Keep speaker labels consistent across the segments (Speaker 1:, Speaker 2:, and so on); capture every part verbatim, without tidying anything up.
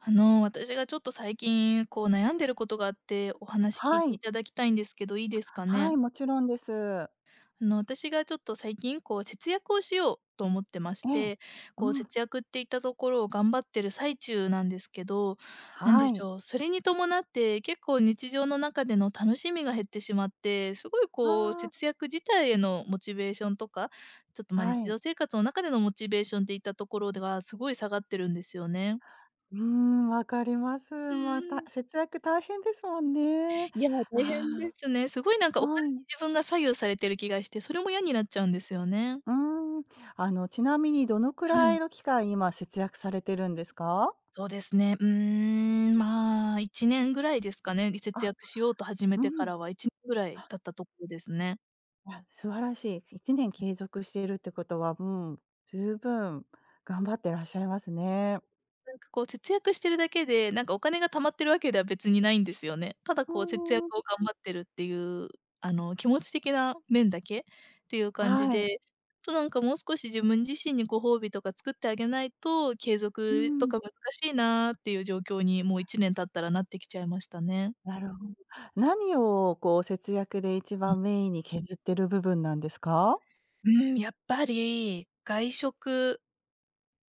Speaker 1: あの、私がちょっと最近、こう悩んでることがあって、お話聞い
Speaker 2: は
Speaker 1: て
Speaker 2: い。
Speaker 1: いただきたいんですけど、いいですか
Speaker 2: は
Speaker 1: ね？
Speaker 2: い、もちろんです。
Speaker 1: あの、私がちょっと最近、こう節約をしようと思ってまし
Speaker 2: ええ。
Speaker 1: て、
Speaker 2: う
Speaker 1: こう
Speaker 2: ん。
Speaker 1: 節約って言ったところを頑張ってる最中なんですけど、なんで
Speaker 2: は
Speaker 1: し
Speaker 2: い。
Speaker 1: ょう、それに伴って結構日常の中での楽しみが減ってしまって、すごいこう
Speaker 2: あ
Speaker 1: 節約自体へのモチベーションとか、ちょっと、
Speaker 2: あ、
Speaker 1: ま、
Speaker 2: は
Speaker 1: 日
Speaker 2: い。
Speaker 1: 常生活の中でのモチベーションっていったところがすごい下がってるんですよね。
Speaker 2: うーん、わかります。
Speaker 1: う
Speaker 2: まあ
Speaker 1: ー
Speaker 2: た、
Speaker 1: ん。
Speaker 2: 節約大変ですもんね。
Speaker 1: いや、大
Speaker 2: あ
Speaker 1: 変ですね。すごいなんか
Speaker 2: あ、
Speaker 1: お
Speaker 2: は
Speaker 1: 金に
Speaker 2: い。
Speaker 1: 自分が左右されてる気がして、それも嫌になっちゃうんですよね。
Speaker 2: うーん。あの、ちなみにどのく
Speaker 1: は
Speaker 2: ら
Speaker 1: い。
Speaker 2: いの期間、今節約されてるんですか？
Speaker 1: そうですね。うーん、まあ、いちねんぐらいですかね、節
Speaker 2: あ、
Speaker 1: 約しようと始め
Speaker 2: う
Speaker 1: てか
Speaker 2: ん。
Speaker 1: らはいちねんぐらい経ったところですね。
Speaker 2: あ、素晴らしい。いちねん継続しているってことは、うん、十分頑張ってらっしゃいますね。
Speaker 1: なんかこう節約してるだけで、なんかお金が貯まってるわけでは別にないんですよね。ただ
Speaker 2: う
Speaker 1: こう節約
Speaker 2: ーん。
Speaker 1: を頑張ってるっていう、あの、気持ち的な面だけっていう感じ
Speaker 2: はい。
Speaker 1: で、となんかもう少し自分自身にご褒美とか作ってあげないと、継
Speaker 2: う
Speaker 1: 続と
Speaker 2: ん。
Speaker 1: か難しいなっていう状況にもういちねん経ったらなってきちゃいましたね。
Speaker 2: なるほど。何をこう節約で一
Speaker 1: う
Speaker 2: 番メインに削ってる部分なんですか？
Speaker 1: ん、やっぱり外食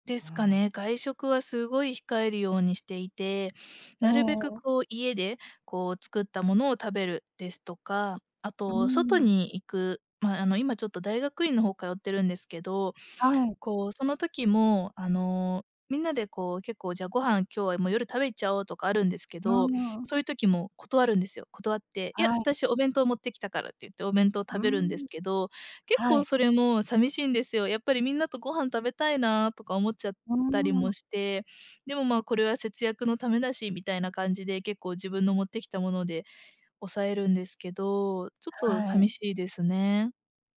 Speaker 1: で
Speaker 2: うん。
Speaker 1: すかね。外食はすごい控えるようにしていて、なるべく
Speaker 2: ええ。
Speaker 1: こう家でこう作ったものを食べるですとか、あ
Speaker 2: う
Speaker 1: と外
Speaker 2: ん。
Speaker 1: に行く、まあ、あの今ちょっと大学院の方通ってるんですけど、
Speaker 2: はい。
Speaker 1: こう、その時も、あの、みんなでこう、結構じゃあご飯今日はもう夜食べちゃおうとかあるんですけ
Speaker 2: う
Speaker 1: ど、
Speaker 2: ん。
Speaker 1: そういう時も断るんですよ。断って、いや、
Speaker 2: はい。
Speaker 1: 私お弁当持ってきたからって言ってお弁当食
Speaker 2: う
Speaker 1: べるんです
Speaker 2: ん。
Speaker 1: けど、結
Speaker 2: は
Speaker 1: 構
Speaker 2: い。
Speaker 1: それも寂しいんですよ。やっぱりみんなとご飯食べたいなとか思っちゃっ
Speaker 2: う
Speaker 1: たり
Speaker 2: ん。
Speaker 1: もして、でもまあこれは節約のためだしみたいな感じで結構自分の持ってきたもので抑えるんですけど、ちょっと
Speaker 2: は
Speaker 1: 寂
Speaker 2: い。
Speaker 1: しいですね。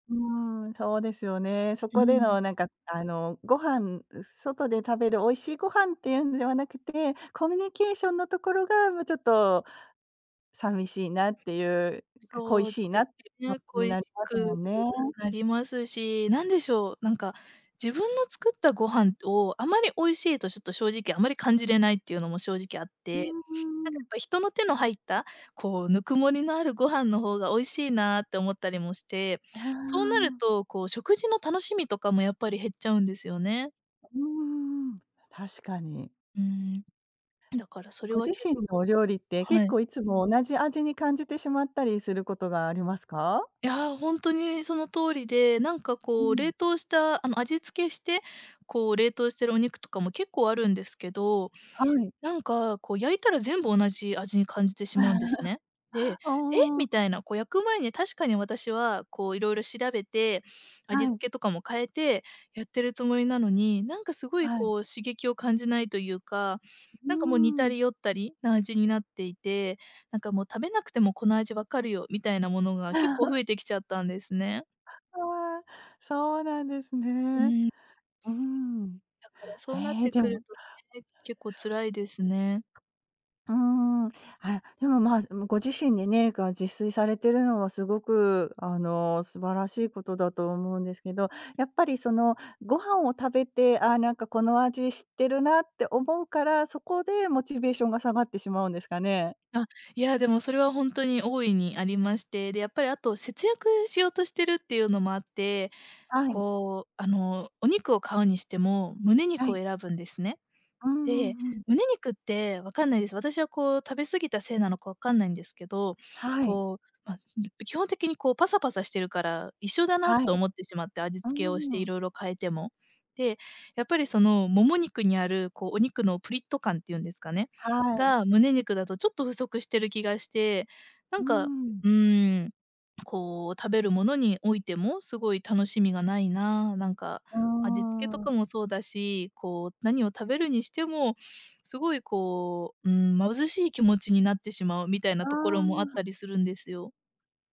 Speaker 2: うん、そうですよね。そ
Speaker 1: う
Speaker 2: こで
Speaker 1: ん。
Speaker 2: のなんか、あの、ご飯外で食べる美味しいご飯っていうんではなくて、コミュニケーションのところがもうちょっと寂しいなっていう、か恋
Speaker 1: そう
Speaker 2: しいな
Speaker 1: で
Speaker 2: っていう
Speaker 1: す
Speaker 2: 気持
Speaker 1: ね、
Speaker 2: ちに
Speaker 1: 恋
Speaker 2: なり
Speaker 1: し
Speaker 2: ますも
Speaker 1: く
Speaker 2: んね。
Speaker 1: なりますし、なんでしょう、なんか、自分の作ったご飯をあまり美味しいとちょっと正直あまり感じれないっていうのも正直あっ
Speaker 2: う
Speaker 1: て、なんかや
Speaker 2: ん。
Speaker 1: っぱ人の手の入った、こう、ぬくもりのあるご飯の方が美味しいなって思ったりもして、
Speaker 2: あ
Speaker 1: そうなる
Speaker 2: あ。
Speaker 1: と、こう、食事の楽しみとかもやっぱり減っちゃうんですよね。
Speaker 2: うーん、確かに。
Speaker 1: うん、だからそれ
Speaker 2: ご
Speaker 1: は
Speaker 2: 自
Speaker 1: け
Speaker 2: 身のお料理って
Speaker 1: は
Speaker 2: 結
Speaker 1: い。
Speaker 2: 構いつも同じ味に感じてしまったりすることがありますか？
Speaker 1: いや、ー本当にその通りで、なんか
Speaker 2: う
Speaker 1: こう
Speaker 2: ん。
Speaker 1: 冷凍したあの、味付けして、こう冷凍してるお肉とかも結構あるんですけど、
Speaker 2: はい。
Speaker 1: なんか、こう焼いたら全部同じ味に感じてしまうんですね。で、
Speaker 2: あ
Speaker 1: 「え？」
Speaker 2: あ、
Speaker 1: みたいな、こう焼く前に確かに私はこういろいろ調べて、味
Speaker 2: は
Speaker 1: 付
Speaker 2: い、
Speaker 1: けとかも変えてやってるつもりなのに、なんかすごい
Speaker 2: は
Speaker 1: こ
Speaker 2: い。
Speaker 1: う刺激を感じないというか、
Speaker 2: う
Speaker 1: なんかもう似
Speaker 2: ー
Speaker 1: た
Speaker 2: ん。
Speaker 1: り寄ったりな味になっていて、なんかもう食べなくてもこの味わかるよみたいなものが結構増えてきちゃったんですね。
Speaker 2: ああ、そうなんです
Speaker 1: う
Speaker 2: ね。
Speaker 1: ん、
Speaker 2: うーん。
Speaker 1: だからそうなっ
Speaker 2: へえ、
Speaker 1: て
Speaker 2: で
Speaker 1: くる
Speaker 2: も
Speaker 1: とね、結構辛いですね。
Speaker 2: うーん。あ、でも、まあ、ご自身でね、が自炊されてるのはすごく、あの、素晴らしいことだと思うんですけど、やっぱり、その、ご飯を食べて、あなんかこの味知ってるなって思うから、そこでモチベーションが下がってしまうんですかね？
Speaker 1: あ、いや、でもそれはほんとに大いにありまして、で、やっぱりあと節約しようとしてるっていうのもあって、
Speaker 2: はい、
Speaker 1: こう、あの、お肉を買うにしても、胸
Speaker 2: は
Speaker 1: 肉
Speaker 2: い。
Speaker 1: を選ぶんですね。
Speaker 2: うんう
Speaker 1: で、
Speaker 2: んうん。
Speaker 1: 胸肉ってわかんないです。私はこう食べ過ぎたせいなのかわかんないんですけど、
Speaker 2: はい、
Speaker 1: こう、ま、基本的にこうパサパサしてるから、一緒だな
Speaker 2: は
Speaker 1: と
Speaker 2: い。
Speaker 1: 思ってしまって、味
Speaker 2: う
Speaker 1: 付
Speaker 2: ん
Speaker 1: け
Speaker 2: う
Speaker 1: をし
Speaker 2: ん
Speaker 1: て
Speaker 2: う
Speaker 1: い
Speaker 2: ん。
Speaker 1: ろいろ変えても。で、やっぱりそのもも肉にあるこうお肉のプリッと感っていうんですかね、
Speaker 2: はい。
Speaker 1: が胸肉だとちょっと不足してる気がして、な
Speaker 2: う
Speaker 1: んか、
Speaker 2: ん。
Speaker 1: うーん、こう食べるものにおいてもすごい楽しみがないな、なんか
Speaker 2: う
Speaker 1: 味付けと
Speaker 2: ん。うーん。
Speaker 1: かもそうだし、こう、何を食べるにしても、すごいこう、うん、貧しい気持ちになってしまうみたいな
Speaker 2: あ
Speaker 1: ところもあっ
Speaker 2: あ。
Speaker 1: たりするんですよ。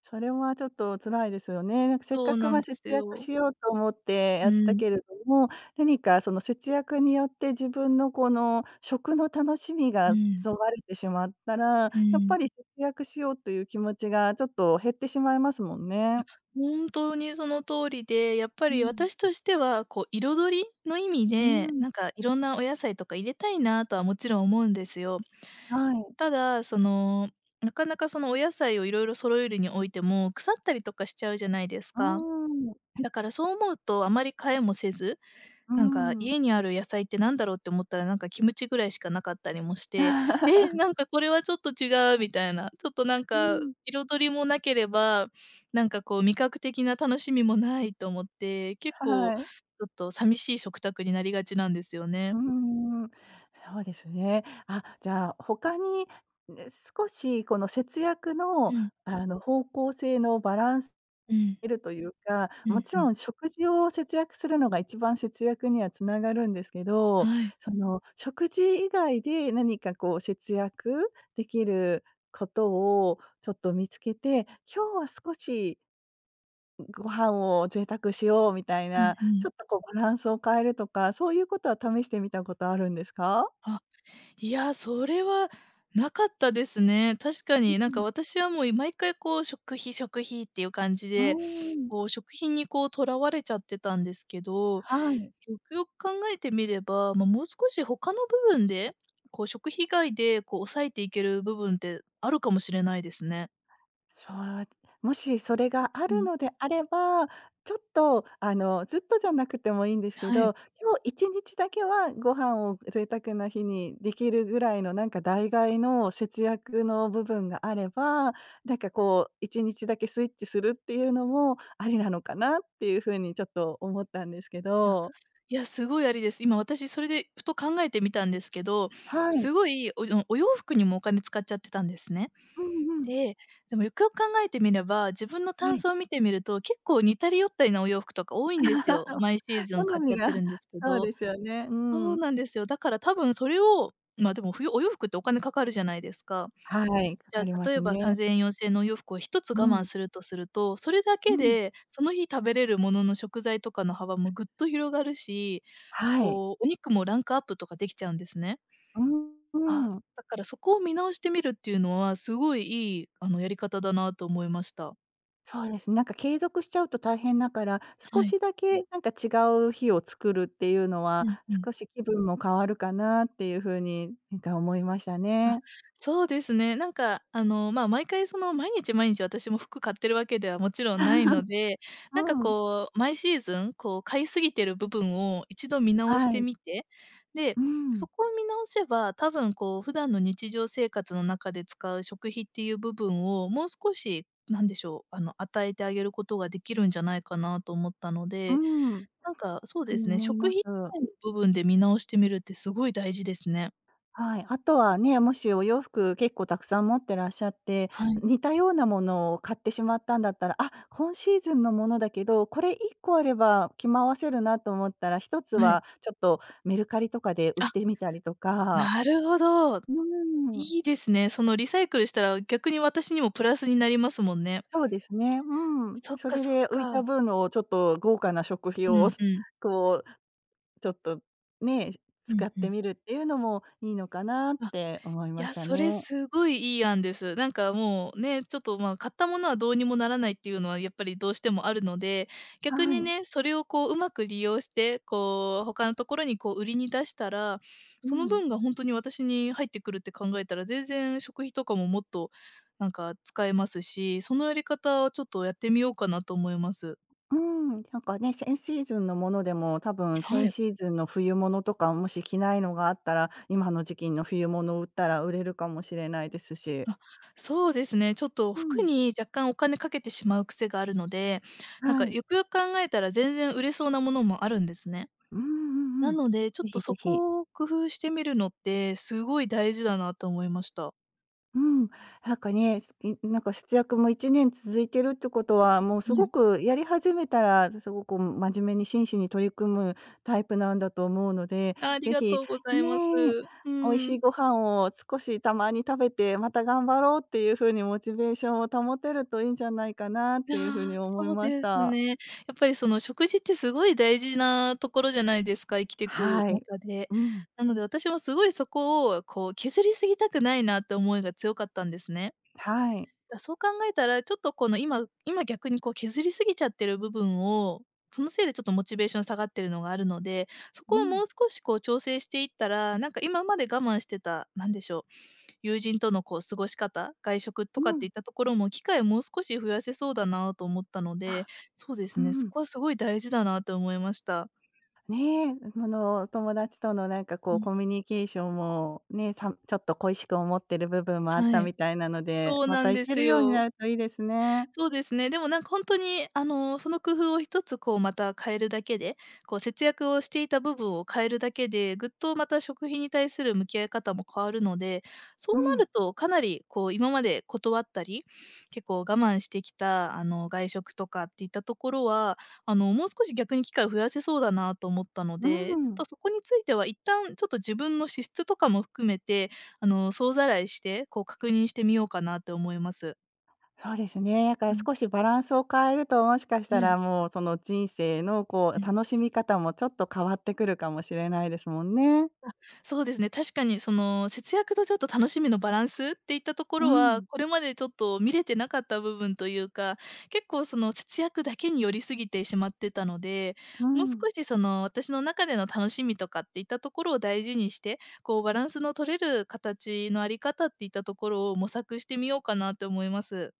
Speaker 2: それはちょっと辛いですよね。なんかせっか
Speaker 1: そう
Speaker 2: く、
Speaker 1: な
Speaker 2: ま、
Speaker 1: んで
Speaker 2: 節
Speaker 1: す
Speaker 2: 約
Speaker 1: よ。
Speaker 2: しようと思ってや
Speaker 1: う
Speaker 2: った
Speaker 1: ん、
Speaker 2: けれども、何かその節約によって自分のこの食の楽しみ
Speaker 1: う
Speaker 2: が
Speaker 1: ん、
Speaker 2: そがれてしまったら、
Speaker 1: う
Speaker 2: やっ
Speaker 1: ん。
Speaker 2: ぱり節約しようという気持ちがちょっと減ってしまいますもんね。
Speaker 1: 本当にその通りで、やっぱ
Speaker 2: う
Speaker 1: り
Speaker 2: ん。
Speaker 1: 私としては、こう、彩りの意味
Speaker 2: う
Speaker 1: で、
Speaker 2: ん、
Speaker 1: なんかいろんなお野菜とか入れたいなとはもちろん思うんですよ。
Speaker 2: はい。
Speaker 1: ただ、その、なかなかそのお野菜をいろいろ揃えるにおいても、腐ったりとかしちゃうじゃないです
Speaker 2: う
Speaker 1: か。
Speaker 2: ーん、う
Speaker 1: だからそう思うとあまり買えもせず、
Speaker 2: ー
Speaker 1: なんか
Speaker 2: ん。
Speaker 1: 家にある野菜ってなんだろうって思ったら、なんかキムチぐらいしかなかったりもして、え、なんかこれはちょっと違うみたいな、ちょっとなん
Speaker 2: う
Speaker 1: か
Speaker 2: ん、
Speaker 1: 彩りもなければ、なんかこう味覚的な楽しみもないと思って、結
Speaker 2: は
Speaker 1: 構
Speaker 2: い。
Speaker 1: ちょっと寂しい食卓になりがちなんですよね。
Speaker 2: うーん、そうですね。あ、じゃあ、他に、ね、少しこの節約
Speaker 1: う
Speaker 2: の、
Speaker 1: ん、
Speaker 2: あの、方向性のバランス
Speaker 1: うん、
Speaker 2: 得るというか、
Speaker 1: う
Speaker 2: も
Speaker 1: ん
Speaker 2: ち
Speaker 1: う
Speaker 2: ろ
Speaker 1: ん。
Speaker 2: ん食事を節約するのが一番節約にはつながるんですけど、
Speaker 1: はい。
Speaker 2: その、食事以外で何かこう節約できることをちょっと見つけて、今日は少しご飯を贅沢しようみたい
Speaker 1: うん
Speaker 2: な、
Speaker 1: う
Speaker 2: ち
Speaker 1: ん。
Speaker 2: ょっとこうバランスを変えるとか、そういうことは試してみたことあるんですか？
Speaker 1: はい。いや、それはなかったですね。確か
Speaker 2: う
Speaker 1: に、なんか
Speaker 2: ん。
Speaker 1: 私はもう、毎回こう、食費食費っていう感じ
Speaker 2: う
Speaker 1: で、
Speaker 2: ーん。
Speaker 1: こう、食品にこう、とらわれちゃってたんですけど、
Speaker 2: はい。
Speaker 1: よくよく考えてみれば、まあ、もう少し他の部分で、こう、食費以外でこう、抑えていける部分ってあるかもしれないですね。
Speaker 2: そう、もしそれがあ
Speaker 1: う
Speaker 2: る
Speaker 1: ん。
Speaker 2: のであれば、ちょっと、あの、ずっとじゃなくてもいいんですけ
Speaker 1: はい。
Speaker 2: ど、今日いちにちだけはご飯を贅沢な日にできるぐらいのなんか代替の節約の部分があれば、なんかこういちにちだけスイッチするっていうのもありなのかなっていうふうにちょっと思ったんですけ
Speaker 1: あ、
Speaker 2: ど。
Speaker 1: いや、すごいありです。今私それでふと考えてみたんですけど、
Speaker 2: はい。
Speaker 1: すごいおお洋服にもお金使っちゃってたんですね。
Speaker 2: うんうん。
Speaker 1: で、でもよくよく考えてみれば、自分の
Speaker 2: は
Speaker 1: タン
Speaker 2: い。
Speaker 1: スを見てみると、結構似たり寄ったりなお洋服とか多いんですよ。毎シーズン
Speaker 2: 好
Speaker 1: 買っち
Speaker 2: み
Speaker 1: ゃって
Speaker 2: が、
Speaker 1: るんですけ
Speaker 2: そう
Speaker 1: ど。
Speaker 2: ですよね。う
Speaker 1: そう
Speaker 2: ん。
Speaker 1: なんですよ。だから多分それをま、でも冬お洋服ってお金かかるじゃないですか。
Speaker 2: はい、か
Speaker 1: じゃ
Speaker 2: かりま
Speaker 1: あ、例
Speaker 2: す
Speaker 1: えば
Speaker 2: ね。
Speaker 1: さんぜんえん、よんせんえんのお洋服を一つ
Speaker 2: う
Speaker 1: 我慢
Speaker 2: ん、
Speaker 1: するとすると、それだ
Speaker 2: う
Speaker 1: け
Speaker 2: ん。
Speaker 1: でその日食べれるものの食材とかの幅もぐっと広がるし、
Speaker 2: はい。
Speaker 1: こう、お肉もランクアップとかできちゃうんですね。
Speaker 2: う
Speaker 1: あ、
Speaker 2: ん、うん。
Speaker 1: だからそこを見直してみるっていうのは、すごいいい、あの、やり方だなと思いました。
Speaker 2: そうですね。なんか継続しちゃうと大変だから、少
Speaker 1: はい。
Speaker 2: しだけなんか違う日を作るっていうの
Speaker 1: う
Speaker 2: は、
Speaker 1: んうん。
Speaker 2: 少し気分も変わるかなっていう風に、なんか思いました
Speaker 1: あ、
Speaker 2: ね。
Speaker 1: そうですね。なんか、あの、まあ、毎回その、毎日毎日私も服買ってるわけではもちろんないの で、なんか
Speaker 2: うん。
Speaker 1: こう、毎シーズン、こう、買いすぎてる部分を一度見直し
Speaker 2: は
Speaker 1: て
Speaker 2: い。
Speaker 1: みて、で、
Speaker 2: うん。
Speaker 1: そこを見直せば、多分こう、普段の日常生活の中で使う食費っていう部分を、もう少し、なんでしょう、あの、与えてあげることができるんじゃないかなと思ったの
Speaker 2: う
Speaker 1: で、
Speaker 2: ん。
Speaker 1: なんか、そう
Speaker 2: そ
Speaker 1: で
Speaker 2: う
Speaker 1: すね、
Speaker 2: 思い
Speaker 1: 食
Speaker 2: ま
Speaker 1: 費以
Speaker 2: す。
Speaker 1: 外の部分で見直してみるってすごい大事ですね。
Speaker 2: はい、あとはね、もしお洋服結構たくさん持ってらっしゃって、
Speaker 1: はい、
Speaker 2: 似たようなものを買ってしまったんだったら、あ、今シーズンのものだけど、これ一個あれば着回せるなと思ったら、一つ
Speaker 1: はい。
Speaker 2: はちょっとメルカリとかで売っ
Speaker 1: あ、
Speaker 2: てみたりとか。
Speaker 1: なるほど。
Speaker 2: うーん、
Speaker 1: いいですね。そのリサイクルしたら、逆に私にもプラスになりますもんね。
Speaker 2: そうですね。うん。
Speaker 1: そっ
Speaker 2: そ
Speaker 1: か
Speaker 2: れ
Speaker 1: そっ
Speaker 2: で浮い
Speaker 1: か。
Speaker 2: た分をちょっと豪華な食費
Speaker 1: う
Speaker 2: を
Speaker 1: んうん。
Speaker 2: こうちょっとね、
Speaker 1: う
Speaker 2: 使
Speaker 1: ん
Speaker 2: っ
Speaker 1: う
Speaker 2: て
Speaker 1: ん。
Speaker 2: みるっていうのもいいのかなっ
Speaker 1: あ、
Speaker 2: て思い
Speaker 1: い
Speaker 2: まし
Speaker 1: や、
Speaker 2: た
Speaker 1: それ
Speaker 2: ね。
Speaker 1: すごいいい案です。なんかもうね、ちょっと、ま、買ったものはどうにもならないっていうのはやっぱりどうしてもあるので、逆
Speaker 2: は
Speaker 1: に
Speaker 2: い。
Speaker 1: ね、それをこううまく利用して、こう他のところにこう売りに出したら、
Speaker 2: う
Speaker 1: その
Speaker 2: ん。
Speaker 1: 分が本当に私に入ってくるって考えたら、全然食費とかももっとなんか使えますし、そのやり方をちょっとやってみようかなと思います。
Speaker 2: うん、なんかね、先シーズンのものでも、多分
Speaker 1: は
Speaker 2: 先
Speaker 1: い。
Speaker 2: シーズンの冬物とか、もし着ないのがあったら、今の時期の冬物を売ったら売れるかもしれないですし。
Speaker 1: あ、そうですね。ちょっと
Speaker 2: う
Speaker 1: 服
Speaker 2: ん、
Speaker 1: に若干お金かけてしまう癖があるので、なん
Speaker 2: は
Speaker 1: か
Speaker 2: い。
Speaker 1: よくよく考えたら全然売れそうなものもあるんですね。
Speaker 2: うんうんう
Speaker 1: な
Speaker 2: ん。ぜ
Speaker 1: ので、ちょっと
Speaker 2: ひぜ
Speaker 1: そ
Speaker 2: ひ。
Speaker 1: こを工夫してみるのってすごい大事だなと思いました。
Speaker 2: うん、なんかね、すいなんか節約もいちねん続いてるってことは、もう
Speaker 1: は
Speaker 2: すご
Speaker 1: い。
Speaker 2: くやり始めたら、すごく真面目に真摯に取り組むタイプなんだと思うので、
Speaker 1: あり
Speaker 2: ぜ
Speaker 1: が
Speaker 2: ひ、
Speaker 1: とうございます。
Speaker 2: ね、
Speaker 1: う
Speaker 2: 美味し
Speaker 1: ん。
Speaker 2: いご飯を少したまに食べて、また頑張ろうっていう風にモチベーションを保てるといいんじゃないかなっていう風
Speaker 1: あ
Speaker 2: に
Speaker 1: あ、
Speaker 2: 思い
Speaker 1: そう
Speaker 2: まし
Speaker 1: です
Speaker 2: た。
Speaker 1: ね。やっぱりその食事ってすごい大事なところじゃないですか、生きてく
Speaker 2: はい。
Speaker 1: 中で。
Speaker 2: うん、
Speaker 1: なので私もすごいそこをこう削りすぎたくないなって思いが強かったんですね。
Speaker 2: はい。
Speaker 1: だ、そう考えたら、ちょっとこの今今逆にこう削りすぎちゃってる部分を、そのせいでちょっとモチベーション下がってるのがあるので、そ
Speaker 2: う
Speaker 1: こをも
Speaker 2: ん、
Speaker 1: う少しこう調整していったら、なんか今まで我慢してた、なんでしょう、友人とのこう過ごし方、外食
Speaker 2: う
Speaker 1: とかって
Speaker 2: ん。
Speaker 1: いったところも機会をもう少し増やせそうだなと思ったの
Speaker 2: あ、
Speaker 1: で、そうです
Speaker 2: う
Speaker 1: ね、そ
Speaker 2: ん。
Speaker 1: こはすごい大事だなと思いました。
Speaker 2: ねえ、あの、友達とのなんかこ
Speaker 1: う
Speaker 2: う
Speaker 1: ん、
Speaker 2: コミュニケーションもね、さちょっと恋しく思ってる部分もあっ
Speaker 1: は
Speaker 2: た
Speaker 1: い。
Speaker 2: みたいなので、
Speaker 1: そう
Speaker 2: ま
Speaker 1: な
Speaker 2: た
Speaker 1: ん
Speaker 2: 行
Speaker 1: で
Speaker 2: け
Speaker 1: す
Speaker 2: るようにな
Speaker 1: よ。
Speaker 2: るといいですね。
Speaker 1: そうですね。でもなんか本当に、あの、その工夫を一つこうまた変えるだけで、こう節約をしていた部分を変えるだけで、ぐっとまた食費に対する向き合い方も変わるので、そう
Speaker 2: う
Speaker 1: な
Speaker 2: ん、
Speaker 1: るとかなりこう今まで断ったり、結構我慢してきた、あの、外食とかっていったところは、あの、もう少し逆に機会を増やせそうだなと思ったの
Speaker 2: う
Speaker 1: で、ちょっ
Speaker 2: ん。
Speaker 1: とそこについては一旦ちょっと自分の資質とかも含めて、あの、総ざらいして、こう確認してみようかなって思います。
Speaker 2: そうですね。だから少しバランスを変えると、もしかし
Speaker 1: うん、
Speaker 2: た
Speaker 1: はい。
Speaker 2: らもうその人生のこう楽しみ方もちょっと変わってくるかもしれないですもんね。
Speaker 1: あ、そうですね。確かにその節約とちょっと楽しみのバランスっていったとこ
Speaker 2: う
Speaker 1: ろは、
Speaker 2: ん、
Speaker 1: これまでちょっと見れてなかった部分というか、結構その節約だけに寄りすぎてしまってたので、
Speaker 2: う
Speaker 1: もう
Speaker 2: ん。
Speaker 1: 少しその私の中での楽しみとかっていったところを大事にして、こうバランスの取れる形のあり方っていったところを模索してみようかなって思います。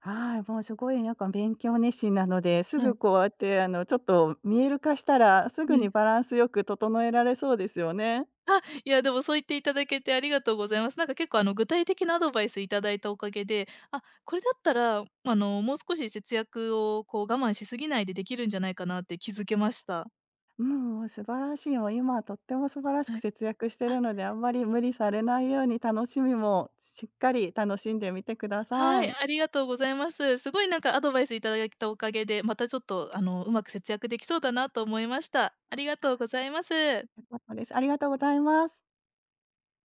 Speaker 2: はい、もうすごいなんか勉強熱心なので、す
Speaker 1: は
Speaker 2: ぐ
Speaker 1: い。
Speaker 2: こうやってあのちょっと見える化したら、すぐにバランスよく整えられそうですよね。
Speaker 1: あ、いや、でもそう言っていただけてありがとうございます。なんか結構あの具体的なアドバイスいただいたおかげで、あ、これだったら、あの、もう少し節約をこう我慢しすぎないでできるんじゃないかなって気づけました。
Speaker 2: もう素晴らしい、もう今はとっても素晴らしく
Speaker 1: はい。
Speaker 2: 節約してる
Speaker 1: あ、
Speaker 2: ので、あんまり無理されないように楽しみもしっかり楽しんでみてくださ
Speaker 1: はい、
Speaker 2: い。
Speaker 1: ありがとうございます。すごいなんかアドバイスいただいたおかげで、またちょっとあの、うまく節約できそうだなと思いました。ありがとうございます。
Speaker 2: 良かったです。ありがとうございます。